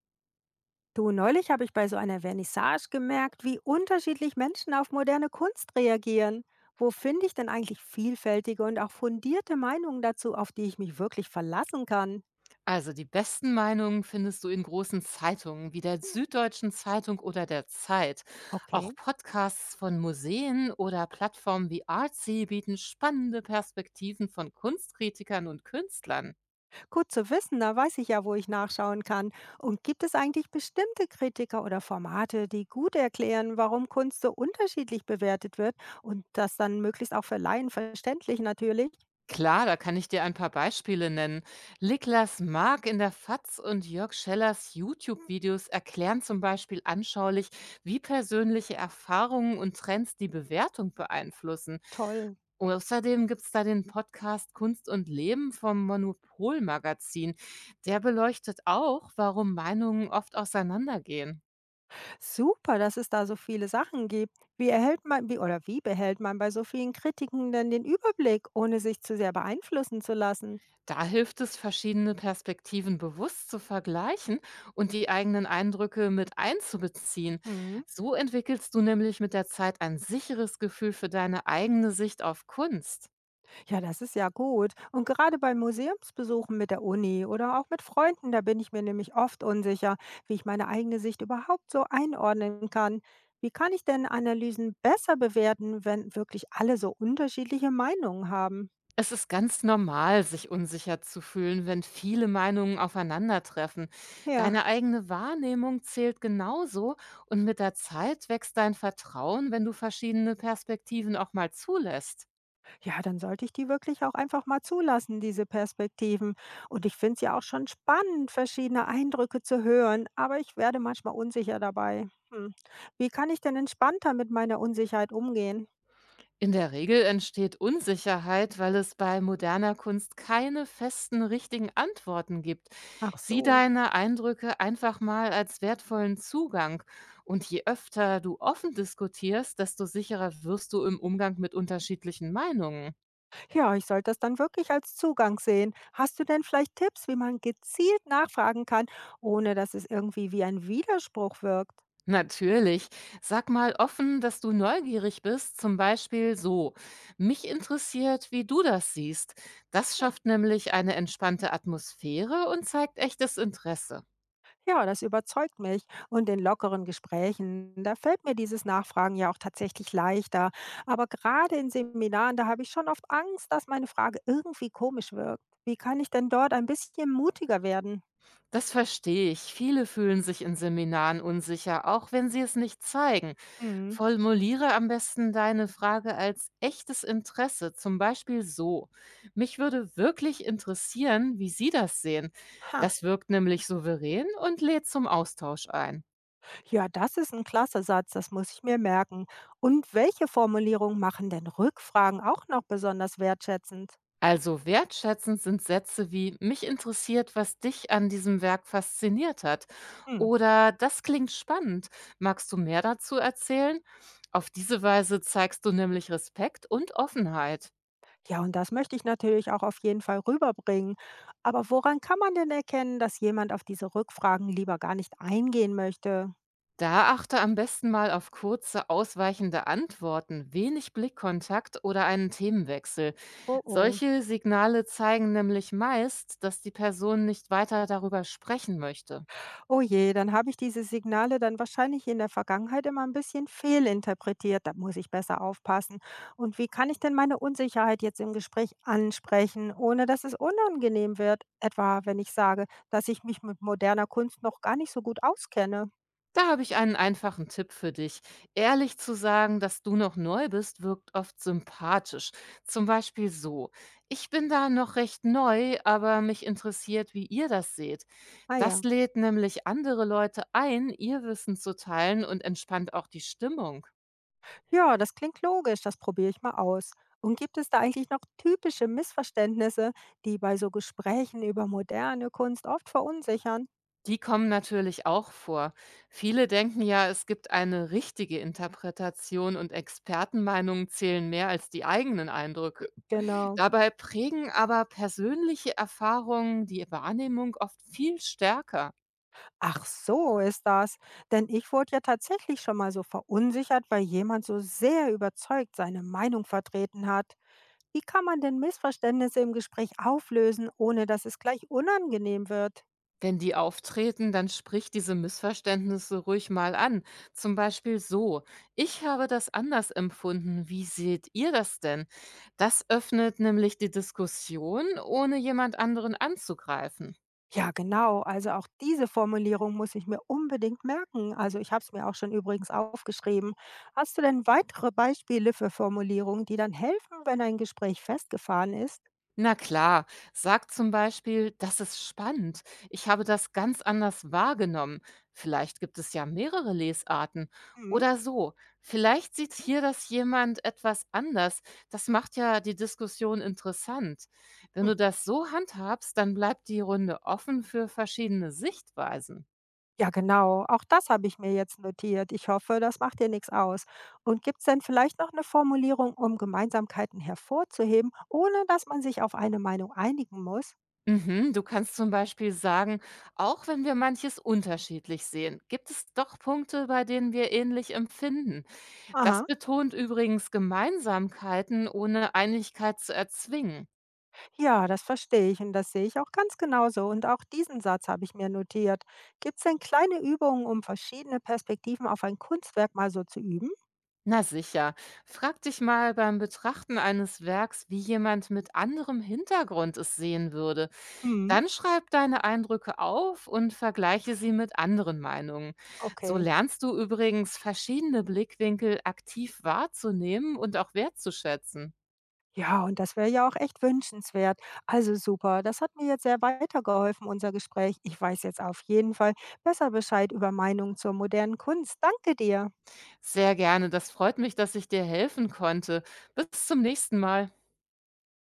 Du, neulich habe ich bei so einer Vernissage gemerkt, wie unterschiedlich Menschen auf moderne Kunst reagieren. Wo finde ich denn eigentlich vielfältige und auch fundierte Meinungen dazu, auf die ich mich wirklich verlassen kann? Also die besten Meinungen findest du in großen Zeitungen wie der Süddeutschen Zeitung oder der Zeit. Auch Okay, Podcasts von Museen oder Plattformen wie Artsy bieten spannende Perspektiven von Kunstkritikern und Künstlern. gut zu wissen, da weiß ich ja, wo ich nachschauen kann. Und gibt es eigentlich bestimmte Kritiker oder Formate, die gut erklären, warum Kunst so unterschiedlich bewertet wird und das dann möglichst auch für Laien verständlich natürlich? Klar, da kann ich dir ein paar Beispiele nennen. Niklas Mark in der FAZ und Jörg Schellers YouTube-Videos erklären zum Beispiel anschaulich, wie persönliche Erfahrungen und Trends die Bewertung beeinflussen. Toll. Außerdem gibt es da den Podcast Kunst und Leben vom Monopol-Magazin. Der beleuchtet auch, warum Meinungen oft auseinandergehen. Super, dass es da so viele Sachen gibt. Wie erhält man wie oder wie behält man bei so vielen Kritiken denn den Überblick, ohne sich zu sehr beeinflussen zu lassen? Da hilft es, verschiedene Perspektiven bewusst zu vergleichen und die eigenen Eindrücke mit einzubeziehen. Hm. So entwickelst du nämlich mit der Zeit ein sicheres Gefühl für deine eigene Sicht auf Kunst. Ja, das ist ja gut. Und gerade bei Museumsbesuchen mit der Uni oder auch mit Freunden, da bin ich mir nämlich oft unsicher, wie ich meine eigene Sicht überhaupt so einordnen kann. Wie kann ich denn Analysen besser bewerten, wenn wirklich alle so unterschiedliche Meinungen haben? Es ist ganz normal, sich unsicher zu fühlen, wenn viele Meinungen aufeinandertreffen. Deine Ja. eigene Wahrnehmung zählt genauso und mit der Zeit wächst dein Vertrauen, wenn du verschiedene Perspektiven auch mal zulässt. Ja, dann sollte ich die wirklich auch einfach mal zulassen, diese Perspektiven. Und ich finde es ja auch schon spannend, verschiedene Eindrücke zu hören, aber ich werde manchmal unsicher dabei. Hm. Wie kann ich denn entspannter mit meiner Unsicherheit umgehen? In der Regel entsteht Unsicherheit, weil es bei moderner Kunst keine festen, richtigen Antworten gibt. Ach Sieh so. deine Eindrücke einfach mal als wertvollen Zugang. Und je öfter du offen diskutierst, desto sicherer wirst du im Umgang mit unterschiedlichen Meinungen. Ja, ich sollte das dann wirklich als Zugang sehen. Hast du denn vielleicht Tipps, wie man gezielt nachfragen kann, ohne dass es irgendwie wie ein Widerspruch wirkt? Natürlich. Sag mal offen, dass du neugierig bist, zum Beispiel so. Mich interessiert, wie du das siehst. Das schafft nämlich eine entspannte Atmosphäre und zeigt echtes Interesse. Ja, das überzeugt mich. Und in lockeren Gesprächen, da fällt mir dieses Nachfragen ja auch tatsächlich leichter. Aber gerade in Seminaren, da habe ich schon oft Angst, dass meine Frage irgendwie komisch wirkt. Wie kann ich denn dort ein bisschen mutiger werden? Das verstehe ich. Viele fühlen sich in Seminaren unsicher, auch wenn sie es nicht zeigen. Hm. Formuliere am besten deine Frage als echtes Interesse, zum Beispiel so. Mich würde wirklich interessieren, wie Sie das sehen. Ha, Das wirkt nämlich souverän und lädt zum Austausch ein. ja, das ist ein klasse Satz, das muss ich mir merken. Und welche Formulierungen machen denn Rückfragen auch noch besonders wertschätzend? Also wertschätzend sind Sätze wie mich interessiert, was dich an diesem Werk fasziniert hat Hm. oder das klingt spannend. Magst du mehr dazu erzählen? Auf diese Weise zeigst du nämlich Respekt und Offenheit. Ja, und das möchte ich natürlich auch auf jeden Fall rüberbringen. Aber woran kann man denn erkennen, dass jemand auf diese Rückfragen lieber gar nicht eingehen möchte? Da achte am besten mal auf kurze, ausweichende Antworten, wenig Blickkontakt oder einen Themenwechsel. Oh oh. Solche Signale zeigen nämlich meist, dass die Person nicht weiter darüber sprechen möchte. Oh je, dann habe ich diese Signale dann wahrscheinlich in der Vergangenheit immer ein bisschen fehlinterpretiert. Da muss ich besser aufpassen. Und wie kann ich denn meine Unsicherheit jetzt im Gespräch ansprechen, ohne dass es unangenehm wird? Etwa, wenn ich sage, dass ich mich mit moderner Kunst noch gar nicht so gut auskenne. Da habe ich einen einfachen Tipp für dich. Ehrlich zu sagen, dass du noch neu bist, wirkt oft sympathisch. Zum Beispiel so, ich bin da noch recht neu, aber mich interessiert, wie ihr das seht. Ah Das ja. lädt nämlich andere Leute ein, ihr Wissen zu teilen und entspannt auch die Stimmung. Ja, das klingt logisch, das probiere ich mal aus. Und gibt es da eigentlich noch typische Missverständnisse, die bei so Gesprächen über moderne Kunst oft verunsichern? Die kommen natürlich auch vor. Viele denken ja, es gibt eine richtige Interpretation und Expertenmeinungen zählen mehr als die eigenen Eindrücke. Genau. Dabei prägen aber persönliche Erfahrungen die Wahrnehmung oft viel stärker. Ach, so ist das. Denn ich wurde ja tatsächlich schon mal so verunsichert, weil jemand so sehr überzeugt seine Meinung vertreten hat. Wie kann man denn Missverständnisse im Gespräch auflösen, ohne dass es gleich unangenehm wird? Wenn die auftreten, dann sprich diese Missverständnisse ruhig mal an. Zum Beispiel so, ich habe das anders empfunden, wie seht ihr das denn? Das öffnet nämlich die Diskussion, ohne jemand anderen anzugreifen. Ja, genau. Also auch diese Formulierung muss ich mir unbedingt merken. Also ich habe es mir auch schon übrigens aufgeschrieben. Hast du denn weitere Beispiele für Formulierungen, die dann helfen, wenn ein Gespräch festgefahren ist? Na klar, sag zum Beispiel, das ist spannend. Ich habe das ganz anders wahrgenommen. Vielleicht gibt es ja mehrere Lesarten. Mhm. Oder so. Vielleicht sieht hier das jemand etwas anders. Das macht ja die Diskussion interessant. Wenn Hm. du das so handhabst, dann bleibt die Runde offen für verschiedene Sichtweisen. Ja, genau. Auch das habe ich mir jetzt notiert. Ich hoffe, das macht dir nichts aus. Und gibt es denn vielleicht noch eine Formulierung, um Gemeinsamkeiten hervorzuheben, ohne dass man sich auf eine Meinung einigen muss? Mhm, du kannst zum Beispiel sagen, auch wenn wir manches unterschiedlich sehen, gibt es doch Punkte, bei denen wir ähnlich empfinden. Das Aha. betont übrigens Gemeinsamkeiten, ohne Einigkeit zu erzwingen. Ja, das verstehe ich und das sehe ich auch ganz genauso. Und auch diesen Satz habe ich mir notiert. Gibt es denn kleine Übungen, um verschiedene Perspektiven auf ein Kunstwerk mal so zu üben? Na sicher, frag dich mal beim Betrachten eines Werks, wie jemand mit anderem Hintergrund es sehen würde. Hm, Dann schreib deine Eindrücke auf und vergleiche sie mit anderen Meinungen. So okay. lernst du übrigens verschiedene Blickwinkel aktiv wahrzunehmen und auch wertzuschätzen. Ja, und das wäre ja auch echt wünschenswert. Also super, das hat mir jetzt sehr weitergeholfen, unser Gespräch. Ich weiß jetzt auf jeden Fall besser Bescheid über Meinungen zur modernen Kunst. Danke dir. Sehr gerne, das freut mich, dass ich dir helfen konnte. Bis zum nächsten Mal.